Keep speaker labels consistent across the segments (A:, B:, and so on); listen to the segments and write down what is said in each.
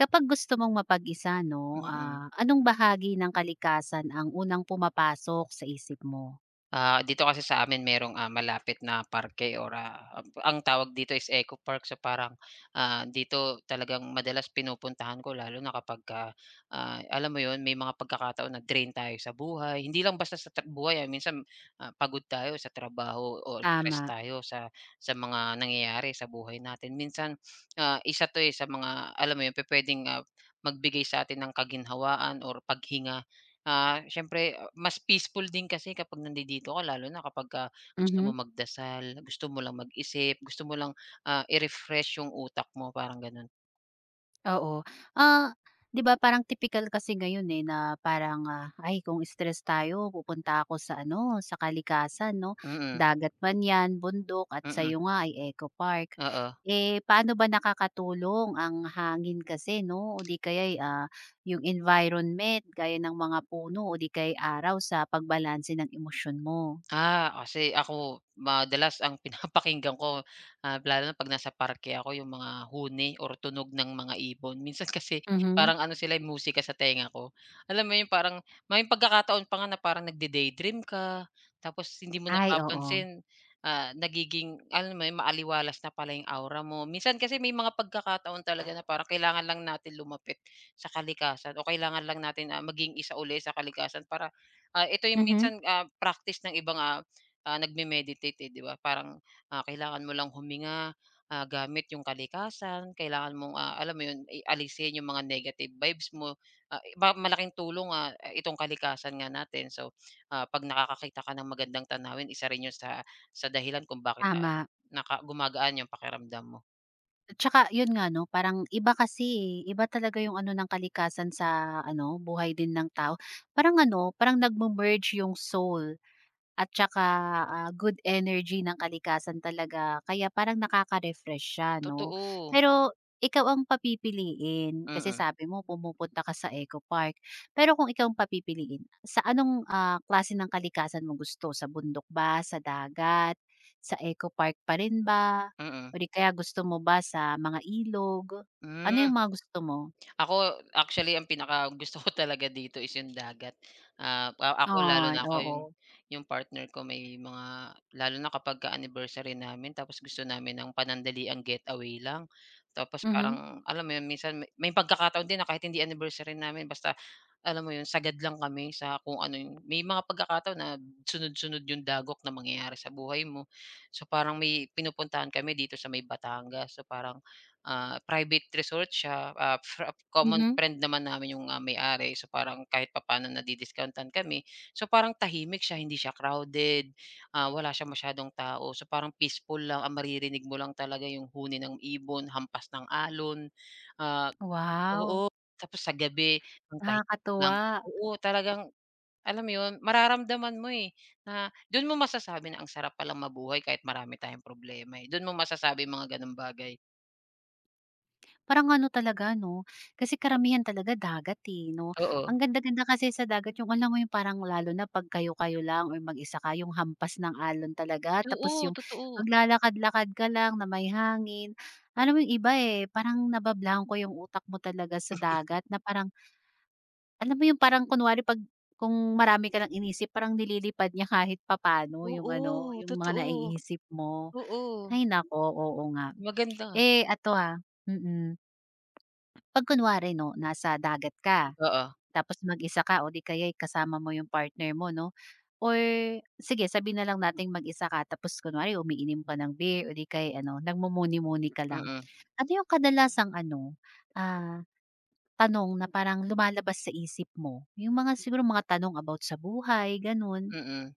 A: Kapag gusto mong mapag-isa 'no,
B: Mm.
A: anong bahagi ng kalikasan ang unang pumapasok sa isip mo?
B: Dito kasi sa amin merong, malapit na parke or, ang tawag dito is Eco Park. So, parang, dito talagang madalas pinupuntahan ko lalo na kapag alam mo 'yun, may mga pagkakataon na drain tayo sa buhay. Hindi lang basta sa buhay, minsan, pagod tayo sa trabaho o stress
A: Tama.
B: tayo sa mga nangyayari sa buhay natin. Minsan, isa 'to, eh, sa mga alam mo 'yun, pupuwedeng, magbigay sa'tin ng kaginhawaan or paghinga. Siyempre mas peaceful din kasi kapag nandidito ka lalo na kapagka gusto mo
A: Mhm.
B: magdasal, gusto mo lang mag-isip, gusto mo lang, i-refresh yung utak mo parang gano'n.
A: Oo. Ah, 'Di ba parang typical kasi ngayon, eh, na parang, ay kung stress tayo pupunta ako sa ano, sa kalikasan 'no,
B: Mm,
A: dagat man 'yan, bundok at
B: mm,
A: sa'yo nga ay eco park.
B: oo.
A: Eh, paano ba nakakatulong ang hangin kasi 'no, o 'di kaya yung environment gaya ng mga puno o 'di kaya araw sa pagbalanse ng emosyon mo?
B: Kasi ako madalas ang pinapakinggan ko, lalo na 'pag nasa parke ako, yung mga huni or tunog ng mga ibon. Minsan kasi
A: Mhm.
B: parang ano sila, eh, musika sa tenga ko. Alam mo yun, parang may pagkakataon pa nga na parang nagde-daydream ka, tapos hindi mo
A: Ay, oo.
B: napapansin, nagiging alam mo yun, maaliwalas na pala yung aura mo. Minsan kasi may mga pagkakataon talaga na parang kailangan lang natin lumapit sa kalikasan o kailangan lang natin, maging isa uli sa kalikasan para. Ito yung
A: Mhm.
B: minsan, practice ng ibang, nagme-meditate, eh, 'di ba? Parang, kailangan mo lang huminga, gamit yung kalikasan, kailangan mong, alam mo yun, i alisin yung mga negative vibes mo. Iba malaking tulong, itong kalikasan nga natin. So, 'pag nakakakita ka ng magandang tanawin, isa rin yun sa dahilan kung bakit,
A: Tama.
B: gumagaan yung pakiramdam mo.
A: At saka yun nga 'no, parang iba kasi, eh, iba talaga yung ano ng kalikasan sa ano, buhay din ng tao. Parang ano, parang nagme-merge yung soul at tsaka, good energy ng kalikasan talaga kaya parang nakaka-refresh siya 'no.
B: Totoo.
A: Pero ikaw ang papipiliin, kasi
B: Mm,
A: sabi mo pumupunta ka sa eco park. Pero kung ikaw ang papipiliin, sa anong, klase ng kalikasan mo gusto? Sa bundok ba, sa dagat, sa eco park pa rin ba, o
B: mm.
A: di kaya gusto mo ba sa mga ilog? Ano
B: Hmm.
A: yung mga gusto mo?
B: Ako, actually ang pinaka gusto ko talaga dito is yung dagat. Ah, a Ako lalo
A: Ay,
B: na ako
A: oo.
B: yung partner ko may mga lalo na kapagka anniversary namin tapos gusto namin ng panandaliang getaway lang. Tapos
A: Mhm,
B: parang alam mo yun minsan may pagkakataon din na kahit hindi anniversary namin basta alam mo yun sagad lang kami sa kung ano yung may mga pagkakataon na sunod-sunod yung dagok na mangyayari sa buhay mo. So, parang may pinupuntahan kami dito sa may Batangas. So, parang. Private resort siya, ah, fra common
A: mhm.
B: friend naman namin yung, may-ari. So, parang kahit papaano nadi-discount-an kami. So, parang tahimik siya, hindi siya crowded, wala siyang masyadong tao. So, parang peaceful lang, ang maririnig mo lang talaga yung huni ng ibon, hampas ng alon, ah
A: Wow,
B: oo, tapos sa gabi ang tahimik lang.
A: nakakatuwa.
B: Oo, talagang alam mo yun, mararamdaman mo, eh, na dun mo masasabi na ang sarap palang mabuhay kahit marami tayong problema, eh. Dun mo masasabi yung mga gano'ng bagay,
A: Parang ano talaga 'no, kasi karamihan talaga dagat, eh, 'no.
B: oo.
A: Ang ganda-ganda kasi sa dagat yung alam mo yung parang lalo na 'pag kayo-kayo lang or mag-isa ka, yung hampas ng alon talaga tapos
B: Oo,
A: yung
B: totoo.
A: maglalakad-lakad ka lang na may hangin. Alam mo yung iba, eh, parang nabablahan ko yung utak mo talaga sa dagat na parang alam mo yung parang kunwari 'pag kung marami ka lang inisip parang nililipad niya kahit papano yung
B: Oo,
A: ano, yung mga
B: totoo.
A: naiisip mo.
B: Oo,
A: Ay naku, oo nga.
B: maganda.
A: Eh, ato ha. Mm. 'Pag kunwari 'no, nasa dagat ka,
B: Oo,
A: tapos mag-isa ka o di kaya'y kasama mo yung partner mo 'no, or sige sabi na lang natin mag-isa ka tapos kunwari umiinim ka ng beer o di kaya'y ano, nagmumuni-muni ka lang.
B: mm.
A: Ano yung kadalasang ano, ah, tanong na parang lumalabas sa isip mo? Yung mga siguro mga tanong about sa buhay, gano'n?
B: Mm.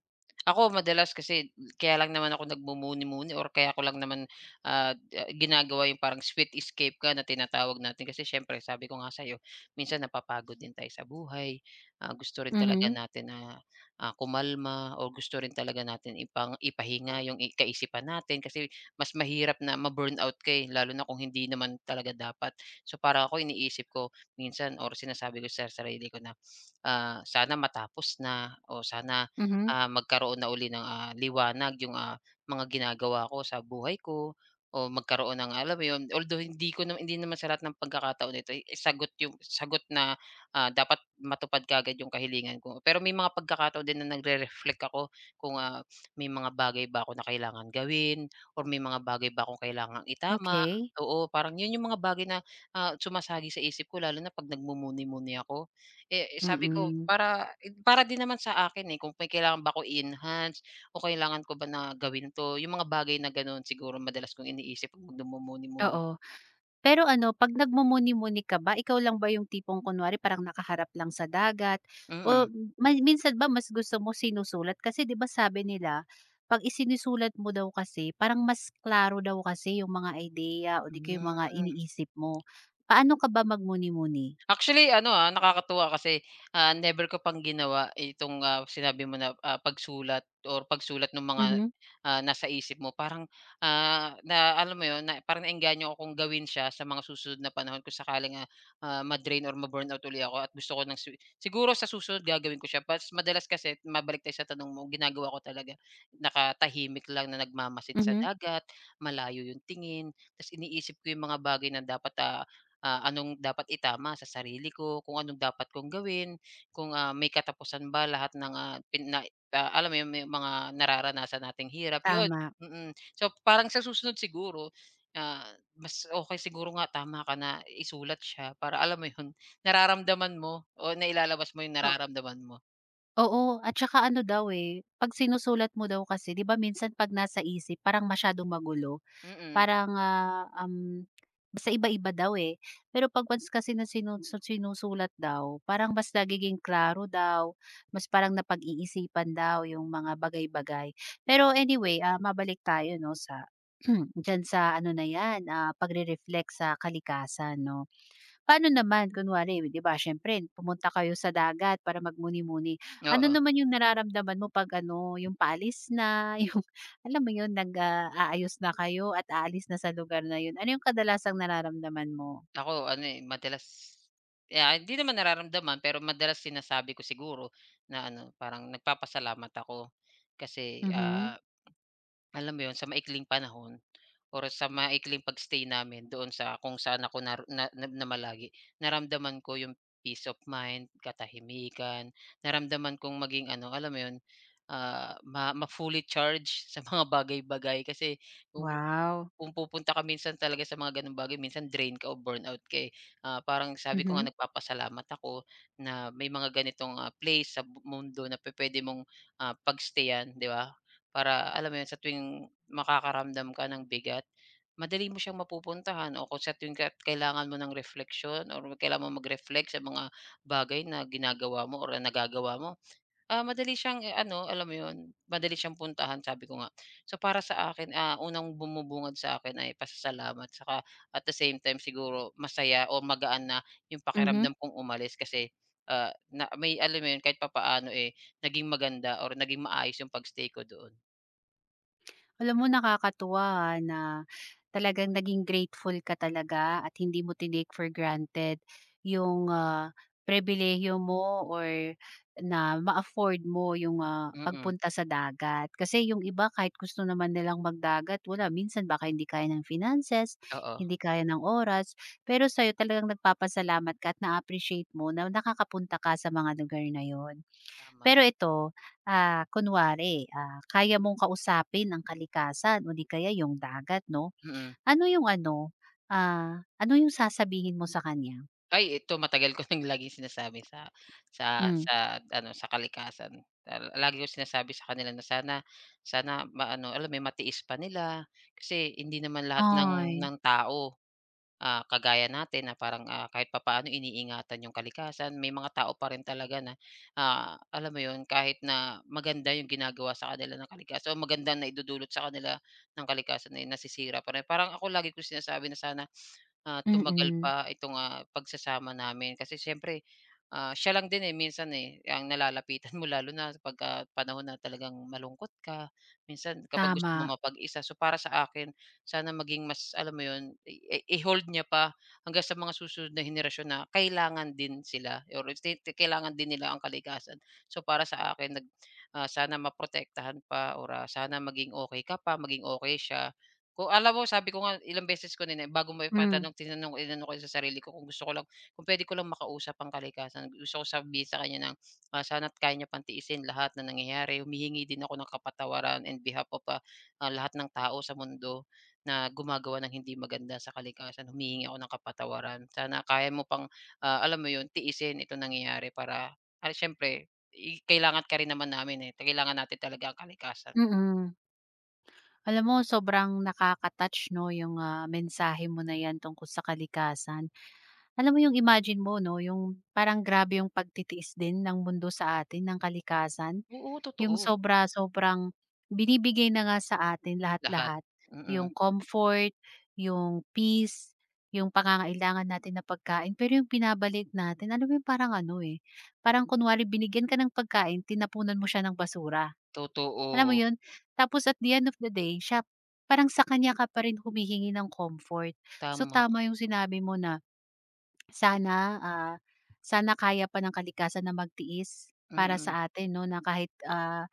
B: Ako madalas kasi kaya lang naman ako nagmumuni-muni or kaya ko lang naman, ginagawa yung parang sweet escape ka na tinatawag natin kasi siyempre sabi ko nga sa'yo, minsan napapagod din tayo sa buhay, gusto rin talaga
A: Mhm,
B: natin na, kumalma o gusto rin talaga natin ipahinga yung i kaisipan natin kasi mas mahirap na ma-burnout ka, eh, lalo na kung hindi naman talaga dapat. So, para ako iniisip ko minsan or sinasabi ko sa sarili ko na, sana matapos na o sana
A: mhm.
B: magkaroon na uli ng, liwanag yung, mga ginagawa ko sa buhay ko o magkaroon ng alam mo yun, although hindi naman sa lahat ng pagkakataon ito, eh, sagot yung sagot na, dapat matupad kaagad yung kahilingan ko. Pero may mga pagkakataon din na nagre-reflect ako kung, may mga bagay ba ako na kailangan gawin or may mga bagay ba akong kailangan itama.
A: Okey.
B: Oo, parang yun yung mga bagay na, sumasagi sa isip ko lalo na 'pag nagmumuni-muni ako. Sabi ko
A: Mm.
B: para para din naman sa akin, eh, kung may kailangan ba ko i-enhance o kailangan ko ba na gawin 'to, yung mga bagay na gano'n siguro madalas kong iniisip 'pag nagmumuni-muni.
A: Oo. Pero ano, 'pag nagmumuni-muni ka ba, ikaw lang ba yung tipong kunwari parang nakaharap lang sa dagat o
B: Mm.
A: may minsan ba mas gusto mo sinusulat? Kasi 'di ba sabi nila 'pag isinusulat mo daw kasi parang mas klaro daw kasi yung mga idea o 'di kaya yung mga
B: Hmm.
A: iniisip mo. Paano ka ba magmuni-muni?
B: Actually ano, nakakatuwa kasi, never ko pang ginawa itong, sinabi mo na, pagsulat or pagsulat ng mga,
A: Mhm,
B: nasa isip mo parang, na alam mo yon na parang naengganyo ako kung gawin siya sa mga susunod na panahon kung sakaling, ma-drain or ma-burnout uli ako at gusto ko ng si siguro sa susunod gagawin ko siya pas madalas kasi mabalik tayo sa tanong mo, ginagawa ko talaga nakatahimik lang na nagmamasid sa
A: mhm.
B: dagat, malayo yung tingin, tas iniisip ko yung mga bagay na dapat, anong dapat itama sa sarili ko, kung anong dapat kong gawin, kung, may katapusan ba lahat ng, alam mo yun, may mga nararanasan nating hirap, yun,
A: Tama.
B: mm. Mm. So, parang sa susunod siguro, ah, mas okay siguro nga tama ka na isulat siya para alam mo yun, nararamdaman mo o nailalabas mo yung
A: O,
B: nararamdaman mo.
A: oo, at saka ano daw, eh, 'pag sinusulat mo daw kasi 'di ba minsan 'pag nasa isip parang masyadong magulo.
B: Mm, mm.
A: Parang, basta iba-iba daw, eh. Pero 'pag once kasi na sinusulat daw, parang mas nagiging klaro daw, mas parang napag-iisipan daw yung mga bagay-bagay. Pero anyway, ah, mabalik tayo 'no, sa diyan sa ano na 'yan, pagre-reflect sa kalikasan 'no. Paano naman kunwari, 'di ba siyempre pumunta kayo sa dagat para magmuni-muni. Ano
B: Oo.
A: naman yung nararamdaman mo 'pag ano, yung paalis na, yung alam mo yun, nag, aayos na kayo at aalis na sa lugar na yun. Ano yung kadalasang nararamdaman mo?
B: Ako ano, eh, madalas hindi naman nararamdaman pero madalas sinasabi ko siguro na ano, parang nagpapasalamat ako kasi,
A: Mhm.
B: alam mo 'yun, sa maikling panahon or sa maikling pagstay namin doon sa kung saan ako nar na na namalagi, naramdaman ko 'yung peace of mind, katahimikan, naramdaman kong maging ano, alam mo 'yun, ah, ma ma-fully charge sa mga bagay-bagay kasi kung
A: Wow.
B: kung pupunta ka minsan talaga sa mga gano'ng bagay minsan drain ka o burnout ka, eh. Parang sabi ko nga
A: Mhm,
B: nagpapasalamat ako na may mga ganitong, place sa mundo na pwede mong, ah, pag 'di ba? Para alam mo yun, sa tuwing makakaramdam ka ng bigat, madali mo siyang mapupuntahan o kung sa tuwing ka kailangan mo ng reflection, or kailangan mo mag-reflect sa mga bagay na ginagawa mo or nagagawa mo, madali siyang eh, ano, alam mo yun, madali siyang puntahan, sabi ko nga. So, para sa akin, unang bumubungad sa akin ay pasasalamat saka at the same time siguro masaya o magaan na yung
A: mhm.
B: pakiramdam kong umalis kasi na, may alam mo yun, kahit papaano eh, naging maganda or naging maayos yung pagstay ko doon.
A: Alam mo nakakatuwa, na talagang naging grateful ka talaga at hindi mo tinake for granted yung, pribilehiyo mo or na ma-afford mo yung,
B: Mm,
A: pagpunta sa dagat. Kasi yung iba kahit gusto naman nilang magdagat wala, minsan baka hindi kaya ng finances,
B: oo,
A: hindi kaya ng oras. Pero sa'yo talagang nagpapasalamat ka at na-appreciate mo na nakakapunta ka sa mga lugar na yon.
B: tama,
A: Pero ito, kunwari, kaya mong kausapin ang kalikasan o di kaya yung dagat 'no.
B: mm.
A: Ano yung ano, ano yung sasabihin mo sa kanya?
B: Ay, ito matagal ko nang laging sinasabi sa sa
A: Hmm.
B: sa ano, sa kalikasan. Lagi kong sinasabi sa kanila na sana sana maano, alam mo yun, matiis pa nila kasi hindi naman lahat ng
A: Ay,
B: ng tao, kagaya natin na parang, kahit papaano iniingatan yung kalikasan. May mga tao pa rin talaga na, alam mo yun, kahit na maganda yung ginagawa sa kanila ng kalikasan o maganda na idudulot sa kanila ng kalikasan, eh, nasisira pa rin. Parang ako lagi ko sinasabi na sana. Tumagal
A: mm,
B: pa itong, pagsasama namin kasi siyempre, siya lang din, eh, minsan, eh, ang nalalapitan mo lalo na pagka panahon na talagang malungkot ka, minsan kapag gusto mo
A: tama.
B: mapag-isa. So, para sa akin sana maging mas alam mo 'yun, i i-hold niya pa hanggang sa mga susunod na henerasyon na kailangan din sila or state kailangan din nila ang kalikasan. So, para sa akin sana maprotektahan pa or, sana maging okay ka pa, maging okay siya. Alam mo sabi ko nga ilang beses ko na bago mo
A: Hmm,
B: ipatanong tinanong inano ko sa sarili ko kung pwede ko lang makausap ang kalikasan. Gusto ko sabihin sa kanya ng, sana't kaya niya pang lahat na nangyayari. Humihingi din ako ng kapatawaran and behalf of, lahat ng tao sa mundo na gumagawa ng hindi maganda sa kalikasan. Humihingi ako ng kapatawaran. Sana kaya mo pang, alam mo 'yun, tiisin ito nangyayari para, siyempre kailangan ka rin naman namin, eh, kailangan natin talaga ang kalikasan.
A: mm. Alam mo sobrang nakaka-touch 'no yung, mensahe mo na yan tungkol sa kalikasan. Alam mo yung imagine mo 'no, yung parang grabe yung pagtitiis din ng mundo sa atin ng kalikasan.
B: Oo,
A: Yung
B: totoo
A: sobra sobrang binibigay na nga sa atin
B: lahat,
A: lahat-lahat, yung
B: mm.
A: comfort, yung peace, yung pangangailangan natin na pagkain, pero yung binabalik natin alam mo yung parang ano, eh, parang kunwari binigyan ka ng pagkain tinapunan mo siya ng basura. Alam mo
B: Totoo,
A: yun? Tapos at the end of the day siya parang sa kanya ka pa rin humihingi ng comfort. So
B: tama.
A: tama yung sinabi mo na sana, sana kaya pa ng kalikasan na magtiis para sa
B: Mm,
A: atin 'no na kahit, ah,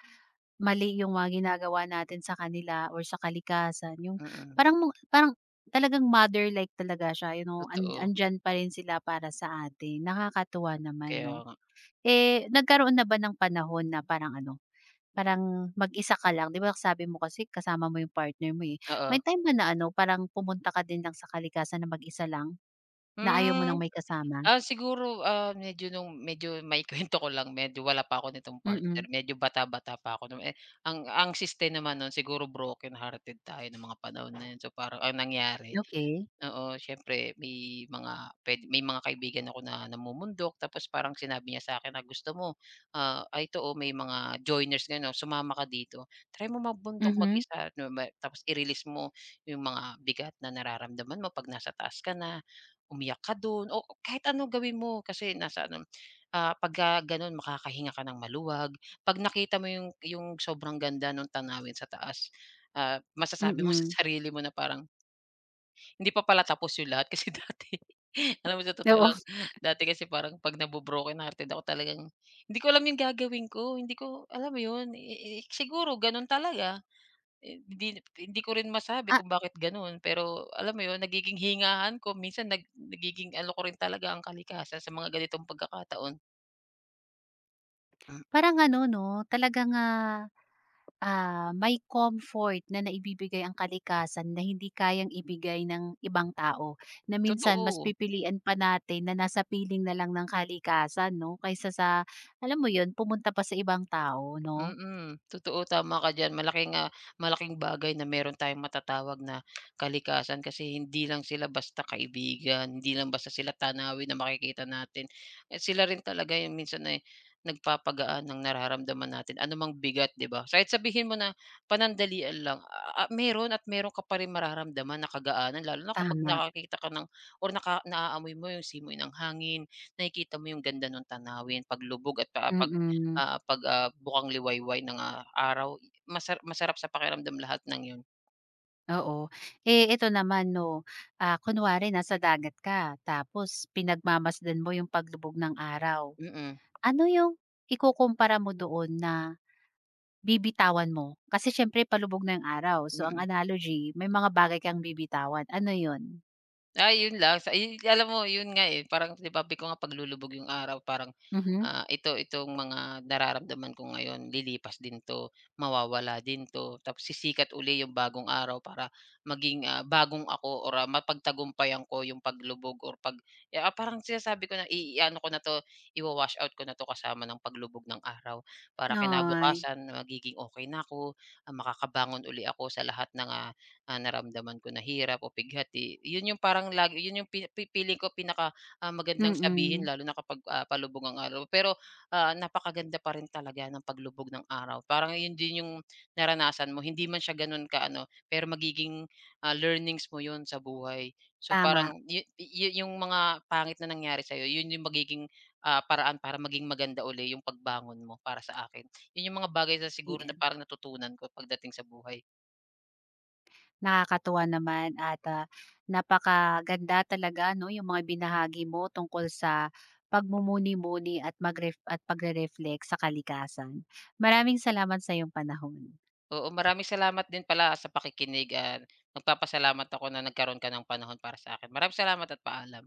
A: mali yung mga ginagawa natin sa kanila or sa kalikasan yung
B: mm,
A: parang mo parang talagang mother-like talaga siya, you know, an
B: totoo.
A: andiyan pa rin sila para sa atin, nakakatuwa naman
B: Kaya
A: 'no.
B: nga,
A: Eh, nagkaroon na ba ng panahon na parang ano, parang mag-isa ka lang, 'di ba sabi mo kasi kasama mo yung partner mo, eh. May
B: oo.
A: time ba na ano, parang pumunta ka din lang sa kalikasan na mag-isa lang, na ayaw mo
B: Hmm,
A: ng may kasama?
B: siguro, medyo maikwento ko lang, medyo wala pa ako nitong partner,
A: Mm,
B: medyo bata-bata pa ako no'n, eh, ang siste naman no'n siguro broken hearted tayo ng mga panahon na 'yon. So, parang ang nangyari.
A: okey.
B: Oo, siyempre may mga kaibigan ako na namumundok tapos parang sinabi niya sa'kin na, "Gusto mo, ay ito, oh, may mga joiners ngayon, oh, sumama ka dito. Try mo magbundok
A: Mhm,
B: mag-isa, 'no, tapos i-release mo yung mga bigat na nararamdaman mo 'pag nasa taas ka na, umiyak ka do'n o kahit ano gawin mo kasi nasa ano, pagka gano'n makakahinga ka ng maluwag." 'Pag nakita mo yung sobrang ganda ng tanawin sa taas, masasabi mo sa
A: mm.
B: sarili mo na parang, hindi pa pala tapos yung lahat kasi dati. Alam mo sa totoo
A: Oo,
B: lang, dati kasi parang 'pag nabo-broken hearted ako talagang hindi ko alam yung gagawin ko, hindi ko alam mo yun, siguro ganun talaga. Eh, hindi hindi ko rin masabi
A: ah,
B: kung bakit ganun, pero alam mo yun, nagiging hingahan ko minsan nagiging ano ko rin talaga ang kalikasan sa mga ganitong pagkakataon. Mm.
A: parang ano 'no, talagang, ah, ah, may comfort na naibibigay ang kalikasan na hindi kayang ibigay ng ibang tao, na minsan mas
B: Totoo.
A: pipilian pa natin na nasa piling na lang ng kalikasan 'no, kaysa sa alam mo 'yun, pumunta pa sa ibang tao 'no?
B: Mm, totoo tama ka diyan. Malaking bagay na meron tayong matatawag na kalikasan kasi hindi lang sila basta kaibigan, hindi lang basta sila tanawin na makikita natin. Eh, sila rin talaga yung minsan ay nagpapagaan ng nararamdaman natin, anumang bigat, 'di ba? So, kahit sabihin mo na panandalian lang, meron at meron ka pa rin mararamdaman na kagaanan lalo na kapag
A: Tama,
B: nakakita ka ng or naaamoy mo yung simoy ng hangin, nakikita mo yung ganda ng tanawin, paglubog at
A: mm,
B: 'pag, bukang liwayway ng, araw, masarap sa pakiramdam lahat ng 'yun.
A: oo. Eh, ito naman 'no, kunwari nasa dagat ka tapos pinagmamasdan mo yung paglubog ng araw,
B: Mm,
A: ano yung ikukumpara mo doon na bibitawan mo, kasi siyempre palubog na yung araw. So, ang
B: mm.
A: analogy, may mga bagay kang bibitawan, ano yun?
B: Ay, yun lang ay alam mo yun nga, eh, parang 'di ba sabi ko nga paglulubog yung araw parang,
A: Mhm.
B: itong mga nararamdaman ko ngayon lilipas din 'to, mawawala din 'to, tapos sisikat uli yung bagong araw para maging, bagong ako or, mapagtagumpayan ko yung paglubog or parang sinasabi ko na i-aano ko na 'to, i wash out ko na 'to kasama ng paglubog ng araw para
A: Ay,
B: kinabukasan magiging okay na ako, makakabangon uli ako sa lahat ng, naramdaman ko na hirap o pighati. Yun yung parang lagi yun yung pi pi feeling ko pinaka, magandang sabihin
A: mm,
B: lalo na kapag, palubog ang araw. Pero, napakaganda pa rin talaga ng paglubog ng araw. Parang yun din yung naranasan mo. Hindi man siya ganun ka-ano, pero magiging, learnings mo yun sa buhay. So,
A: tama,
B: parang yu yu yung mga pangit na nangyari sa'yo, yun yung magiging, paraan para maging maganda uli yung pagbangon mo para sa akin. Yun yung mga bagay na siguro na
A: iyan.
B: parang natutunan ko pagdating sa buhay.
A: Nakakatuwa naman at, ah, napakaganda talaga 'no, yung mga ibinahagi mo tungkol sa pagmumuni-muni at magref at pagre-reflect sa kalikasan. Maraming salamat sa iyong panahon.
B: Oo, maraming salamat din pala sa pakikinig at nagpapasalamat ako na nagkaroon ka ng panahon para sa akin. Maraming salamat at paalam.